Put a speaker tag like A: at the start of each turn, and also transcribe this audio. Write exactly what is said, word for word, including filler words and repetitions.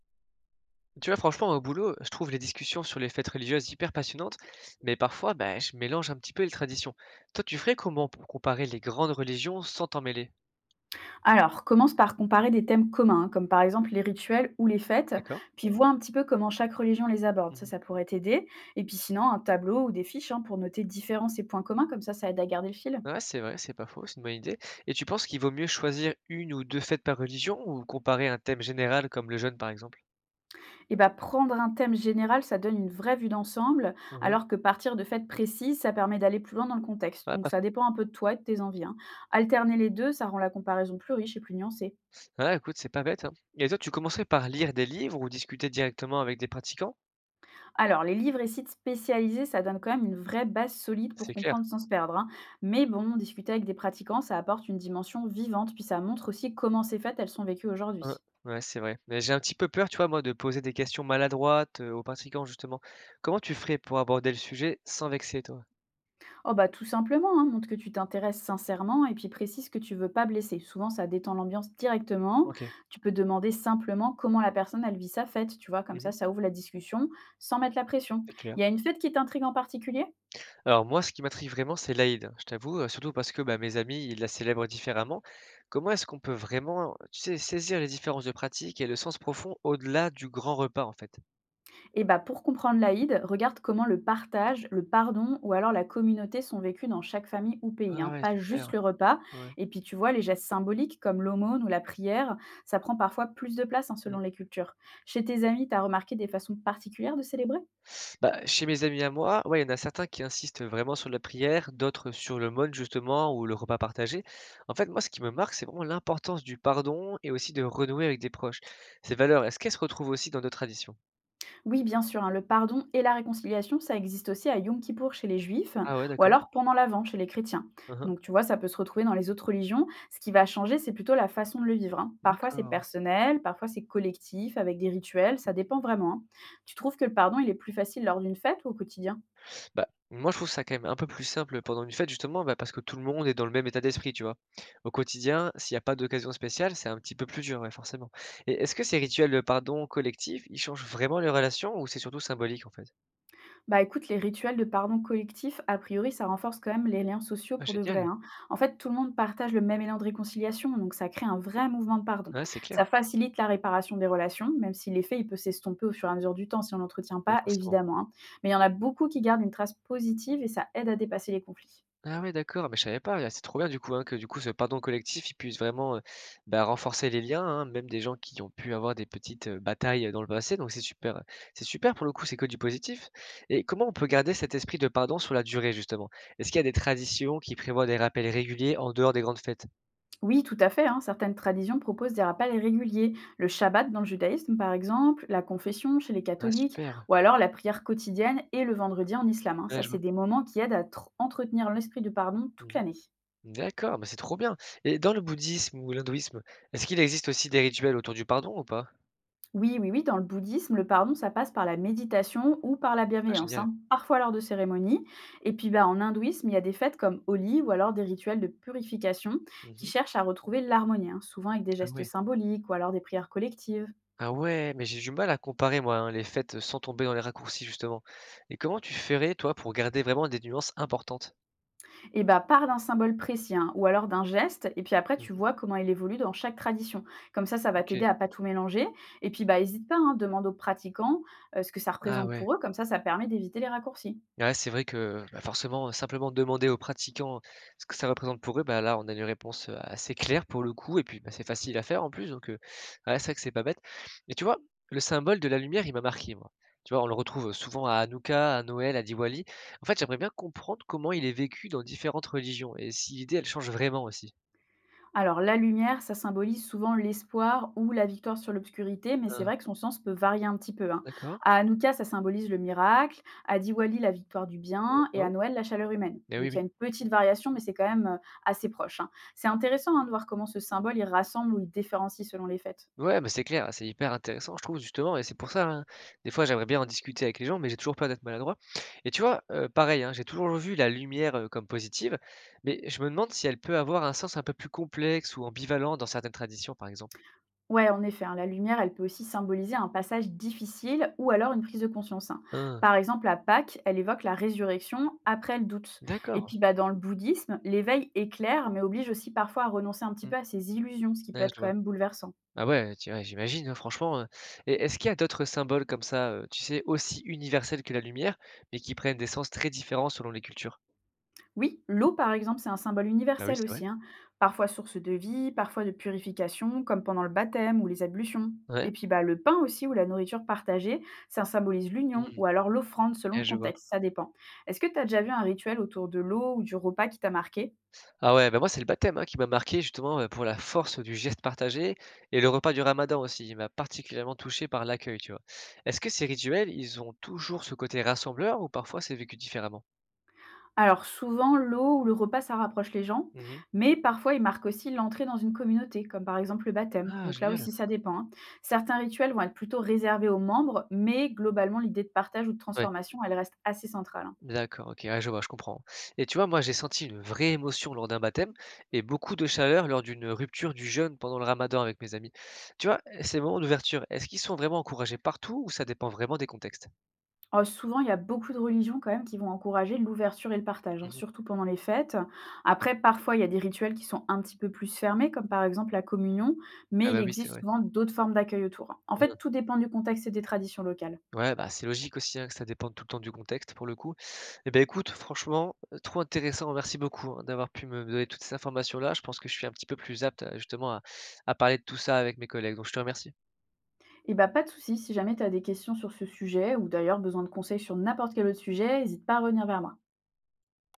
A: Tu vois, franchement, au boulot, je trouve les discussions sur les fêtes religieuses hyper passionnantes, mais parfois, bah, je mélange un petit peu les traditions. Toi, tu ferais comment pour comparer les grandes religions sans t'en mêler?
B: Alors, commence par comparer des thèmes communs, hein, comme par exemple les rituels ou les fêtes,
A: D'accord?
B: puis vois un petit peu comment chaque religion les aborde. Ça,
A: Mhm.
B: ça pourrait t'aider. Et puis sinon, un tableau ou des fiches hein, pour noter différences et points communs, comme ça, ça aide à garder le fil.
A: Ouais, c'est vrai, c'est pas faux, c'est une bonne idée. Et tu penses qu'il vaut mieux choisir une ou deux fêtes par religion ou comparer un thème général comme le jeûne, par exemple?
B: Et bah, prendre un thème général, ça donne une vraie vue d'ensemble,
A: Mhm.
B: alors que partir de fêtes précises, ça permet d'aller plus loin dans le contexte.
A: Ouais,
B: Donc,
A: pas
B: ça
A: faux.
B: dépend un peu de toi et de tes envies, hein. Alterner les deux, ça rend la comparaison plus riche et plus nuancée.
A: Ouais, écoute, c'est pas bête, hein. Et toi, tu commencerais par lire des livres ou discuter directement avec des pratiquants?
B: Alors, les livres et sites spécialisés, ça donne quand même une vraie base solide pour
A: C'est clair.
B: comprendre sans se perdre, hein. Mais bon, discuter avec des pratiquants, ça apporte une dimension vivante, puis ça montre aussi comment ces fêtes, elles sont vécues
A: Hein,
B: aujourd'hui.
A: ouais, c'est vrai. Mais j'ai un petit peu peur, tu vois, moi, de poser des questions maladroites, heu, aux participants, justement. Comment tu ferais pour aborder le sujet sans vexer, toi?
B: Oh bah tout simplement, hein, montre que tu t'intéresses sincèrement et puis précise que tu veux pas blesser. Souvent, ça détend l'ambiance directement.
A: OK.
B: Tu peux demander simplement comment la personne, elle vit sa fête, tu vois, comme
A: Mmh.
B: ça, ça ouvre la discussion sans mettre la pression.
A: C'est clair.
B: Il y a une fête qui t'intrigue en particulier?
A: Alors moi, ce qui m'intrigue vraiment, c'est l'Aïd, hein, je t'avoue, heu, surtout parce que, bah, mes amis, ils la célèbrent différemment. Comment est-ce qu'on peut vraiment, tu sais, saisir les différences de pratique et le sens profond au-delà du grand repas, en fait?
B: Et bah, pour comprendre l'Aïd, regarde comment le partage, le pardon ou alors la communauté sont vécus dans chaque famille ou pays,
A: Ah
B: hein,
A: ouais,
B: pas
A: super,
B: juste le repas.
A: ouais.
B: Et puis tu vois, les gestes symboliques comme l'aumône ou la prière, ça prend parfois plus de place hein,
A: Mmh.
B: selon les cultures. Chez tes amis, tu as remarqué des façons particulières de célébrer?
A: Bah, chez mes amis à moi, ouais, il y en a certains qui insistent vraiment sur la prière, d'autres sur le mode justement ou le repas partagé. En fait, moi, ce qui me marque, c'est vraiment l'importance du pardon et aussi de renouer avec des proches. Ces valeurs, est-ce qu'elles se retrouvent aussi dans d'autres traditions?
B: Oui, bien sûr, hein, le pardon et la réconciliation, ça existe aussi à Yom Kippour chez les Juifs,
A: Ah ouais,
B: ou
A: d'accord.
B: alors pendant l'Avent chez les chrétiens.
A: Hein, hein.
B: Donc tu vois, ça peut se retrouver dans les autres religions. Ce qui va changer, c'est plutôt la façon de le vivre, hein. Parfois c'est
A: D'accord.
B: personnel, parfois c'est collectif, avec des rituels, ça dépend vraiment, hein. Tu trouves que le pardon, il est plus facile lors d'une fête ou au quotidien?
A: Bah, moi, je trouve ça quand même un peu plus simple pendant une fête, justement, bah, parce que tout le monde est dans le même état d'esprit, tu vois. Au quotidien, s'il n'y a pas d'occasion spéciale, c'est un petit peu plus dur, ouais, forcément. Et est-ce que ces rituels de pardon collectif, ils changent vraiment les relations ou c'est surtout symbolique, en fait?
B: Bah écoute, les rituels de pardon collectif, a priori, ça renforce quand même les liens sociaux
A: Ah,
B: pour de vrai,
A: génial.
B: hein. En fait, tout le monde partage le même élan de réconciliation, donc ça crée un vrai mouvement de pardon.
A: Ouais, c'est clair.
B: Ça facilite la réparation des relations, même si l'effet, il peut s'estomper au fur et à mesure du temps si on l'entretient
A: Bah,
B: pas,
A: forcément.
B: évidemment, hein. Mais il y en a beaucoup qui gardent une trace positive et ça aide à dépasser les conflits.
A: Ah ouais, d'accord, mais je savais pas, c'est trop bien du coup, hein, que du coup ce pardon collectif, il puisse vraiment, heu, bah, renforcer les liens, hein, même des gens qui ont pu avoir des petites, heu, batailles, dans le passé, donc c'est super, c'est super pour le coup, c'est que du positif et comment on peut garder cet esprit de pardon sur la durée justement? Est-ce qu'il y a des traditions qui prévoient des rappels réguliers en dehors des grandes fêtes?
B: Oui, tout à fait, hein. Certaines traditions proposent des rappels réguliers. Le Shabbat dans le judaïsme, par exemple, la confession chez les
A: Ah
B: catholiques,
A: super,
B: ou alors la prière quotidienne et le vendredi en islam, hein.
A: ouais,
B: Ça,
A: je
B: c'est
A: vois.
B: des moments qui aident à tr- entretenir l'esprit de pardon toute
A: Mmh.
B: l'année.
A: D'accord, mais c'est trop bien et dans le bouddhisme ou l'hindouisme, est-ce qu'il existe aussi des rituels autour du pardon ou pas?
B: Oui, oui, oui, dans le bouddhisme, le pardon, ça passe par la méditation ou par la
A: Ah
B: bienveillance,
A: génial.
B: hein, parfois lors de cérémonies. Et puis bah, en hindouisme, il y a des fêtes comme Holi ou alors des rituels de purification qui
A: Mmh.
B: cherchent à retrouver l'harmonie, hein, souvent avec des
A: Ah
B: gestes
A: ouais.
B: symboliques ou alors des prières collectives.
A: Ah ouais, mais j'ai du mal à comparer moi, hein, les fêtes sans tomber dans les raccourcis justement. Et comment tu ferais toi pour garder vraiment des nuances importantes?
B: Et bah, pars d'un symbole précis, hein, ou alors d'un geste, et puis après, tu
A: Mmh.
B: vois comment il évolue dans chaque tradition. Comme ça, ça va
A: OK.
B: t'aider à pas tout mélanger. Et puis, bah, hésite pas, hein, demande aux pratiquants euh, ce que ça
A: Ah
B: représente
A: ouais.
B: pour eux. Comme ça, ça permet d'éviter les raccourcis.
A: Ah ouais, c'est vrai que, bah, forcément, euh, simplement demander aux pratiquants ce que ça représente pour eux, bah, là, on a une réponse, heu, assez claire pour le coup et puis, bah, c'est facile à faire en plus donc, heu, ouais, c'est vrai que c'est pas bête. Et tu vois, le symbole de la lumière, il m'a marqué moi. Tu vois, on le retrouve souvent à Hanouka, à Noël, à Diwali. En fait, j'aimerais bien comprendre comment il est vécu dans différentes religions et si l'idée, elle change vraiment aussi.
B: Alors, la lumière, ça symbolise souvent l'espoir ou la victoire sur l'obscurité, mais c'est vrai que son sens peut varier un petit peu, hein.
A: D'accord.
B: À Hanouka, ça symbolise le miracle, à Diwali, la victoire du bien, et
A: Mmh
B: à
A: mh.
B: Noël, la chaleur humaine.
A: Oui,
B: Donc, il y a
A: oui.
B: une petite variation, mais c'est quand même euh, assez proche, hein. C'est intéressant hein, de voir comment ce symbole, il rassemble ou il différencie selon les fêtes.
A: Ouais, mais c'est clair, c'est hyper intéressant, je trouve, justement et c'est pour ça, hein, des fois, j'aimerais bien en discuter avec les gens, mais j'ai toujours peur d'être maladroit et tu vois, heu, pareil, hein, j'ai toujours vu la lumière, heu, comme positive, mais je me demande si elle peut avoir un sens un peu plus complexe ou ambivalent dans certaines traditions, par exemple.
B: Ouais, en effet, hein, la lumière, elle peut aussi symboliser un passage difficile ou alors une prise de conscience, hein.
A: Hein,
B: Par exemple, à Pâques, elle évoque la résurrection après le doute. Et
A: d'accord.
B: puis, bah, dans le bouddhisme, l'éveil éclaire, mais oblige aussi parfois à renoncer un petit
A: Mmh.
B: peu à ses illusions, ce qui peut
A: Ouais,
B: être
A: je
B: quand
A: vois.
B: même bouleversant.
A: Ah ouais, tu ouais, j'imagine, hein, franchement, heu et est-ce qu'il y a d'autres symboles comme ça, heu, tu sais, aussi universels que la lumière, mais qui prennent des sens très différents selon les cultures?
B: Oui, l'eau, par exemple, c'est un symbole
A: Bah oui,
B: universel
A: c'est vrai.
B: aussi, hein. Parfois source de vie, parfois de purification, comme pendant le baptême ou les ablutions. Et
A: Ouais.
B: puis bah, le pain aussi ou la nourriture partagée, ça symbolise l'union
A: Mmh.
B: ou alors l'offrande selon
A: Ouais,
B: le
A: je vois.
B: contexte, ça dépend. Est-ce que tu as déjà vu un rituel autour de l'eau ou du repas qui t'a marqué?
A: Ah ouais, bah, moi, c'est le baptême, hein, qui m'a marqué justement, heu, pour la force du geste partagé et le repas du ramadan aussi. Il m'a particulièrement touché par l'accueil, tu vois? Est-ce que ces rituels, ils ont toujours ce côté rassembleur ou parfois c'est vécu différemment?
B: Alors souvent, l'eau ou le repas, ça rapproche les gens,
A: Mmh.
B: mais parfois ils marquent aussi l'entrée dans une communauté, comme par exemple le baptême.
A: Ah
B: Donc là
A: génial!
B: aussi, ça dépend, hein. Certains rituels vont être plutôt réservés aux membres, mais globalement, l'idée de partage ou de
A: Ouais,
B: transformation, elle reste assez centrale, hein.
A: d'accord, OK, ouais, je vois, je comprends. Et tu vois, moi, j'ai senti une vraie émotion lors d'un baptême et beaucoup de chaleur lors d'une rupture du jeûne pendant le ramadan avec mes amis. Tu vois, ces moments d'ouverture, est-ce qu'ils sont vraiment encouragés partout ou ça dépend vraiment des contextes?
B: Euh, souvent, il y a beaucoup de religions quand même qui vont encourager l'ouverture et le partage, hein,
A: Mmh.
B: surtout pendant les fêtes. Après, parfois, il y a des rituels qui sont un petit peu plus fermés, comme par exemple la communion,
A: Ah
B: mais il
A: bah, oui, c'est
B: existe
A: vrai.
B: souvent d'autres formes d'accueil autour, hein. En fait, tout dépend du contexte et des traditions locales.
A: Ouais, bah, c'est logique aussi, hein, que ça dépende tout le temps du contexte pour le coup. Et ben, écoute, franchement, heu, trop intéressant, merci beaucoup, hein, d'avoir pu me donner toutes ces informations-là. Je pense que je suis un petit peu plus apte à justement à à parler de tout ça avec mes collègues, donc je te remercie.
B: Et bah, pas de souci, si jamais tu as des questions sur ce sujet ou d'ailleurs besoin de conseils sur n'importe quel autre sujet, hésite pas à revenir vers moi.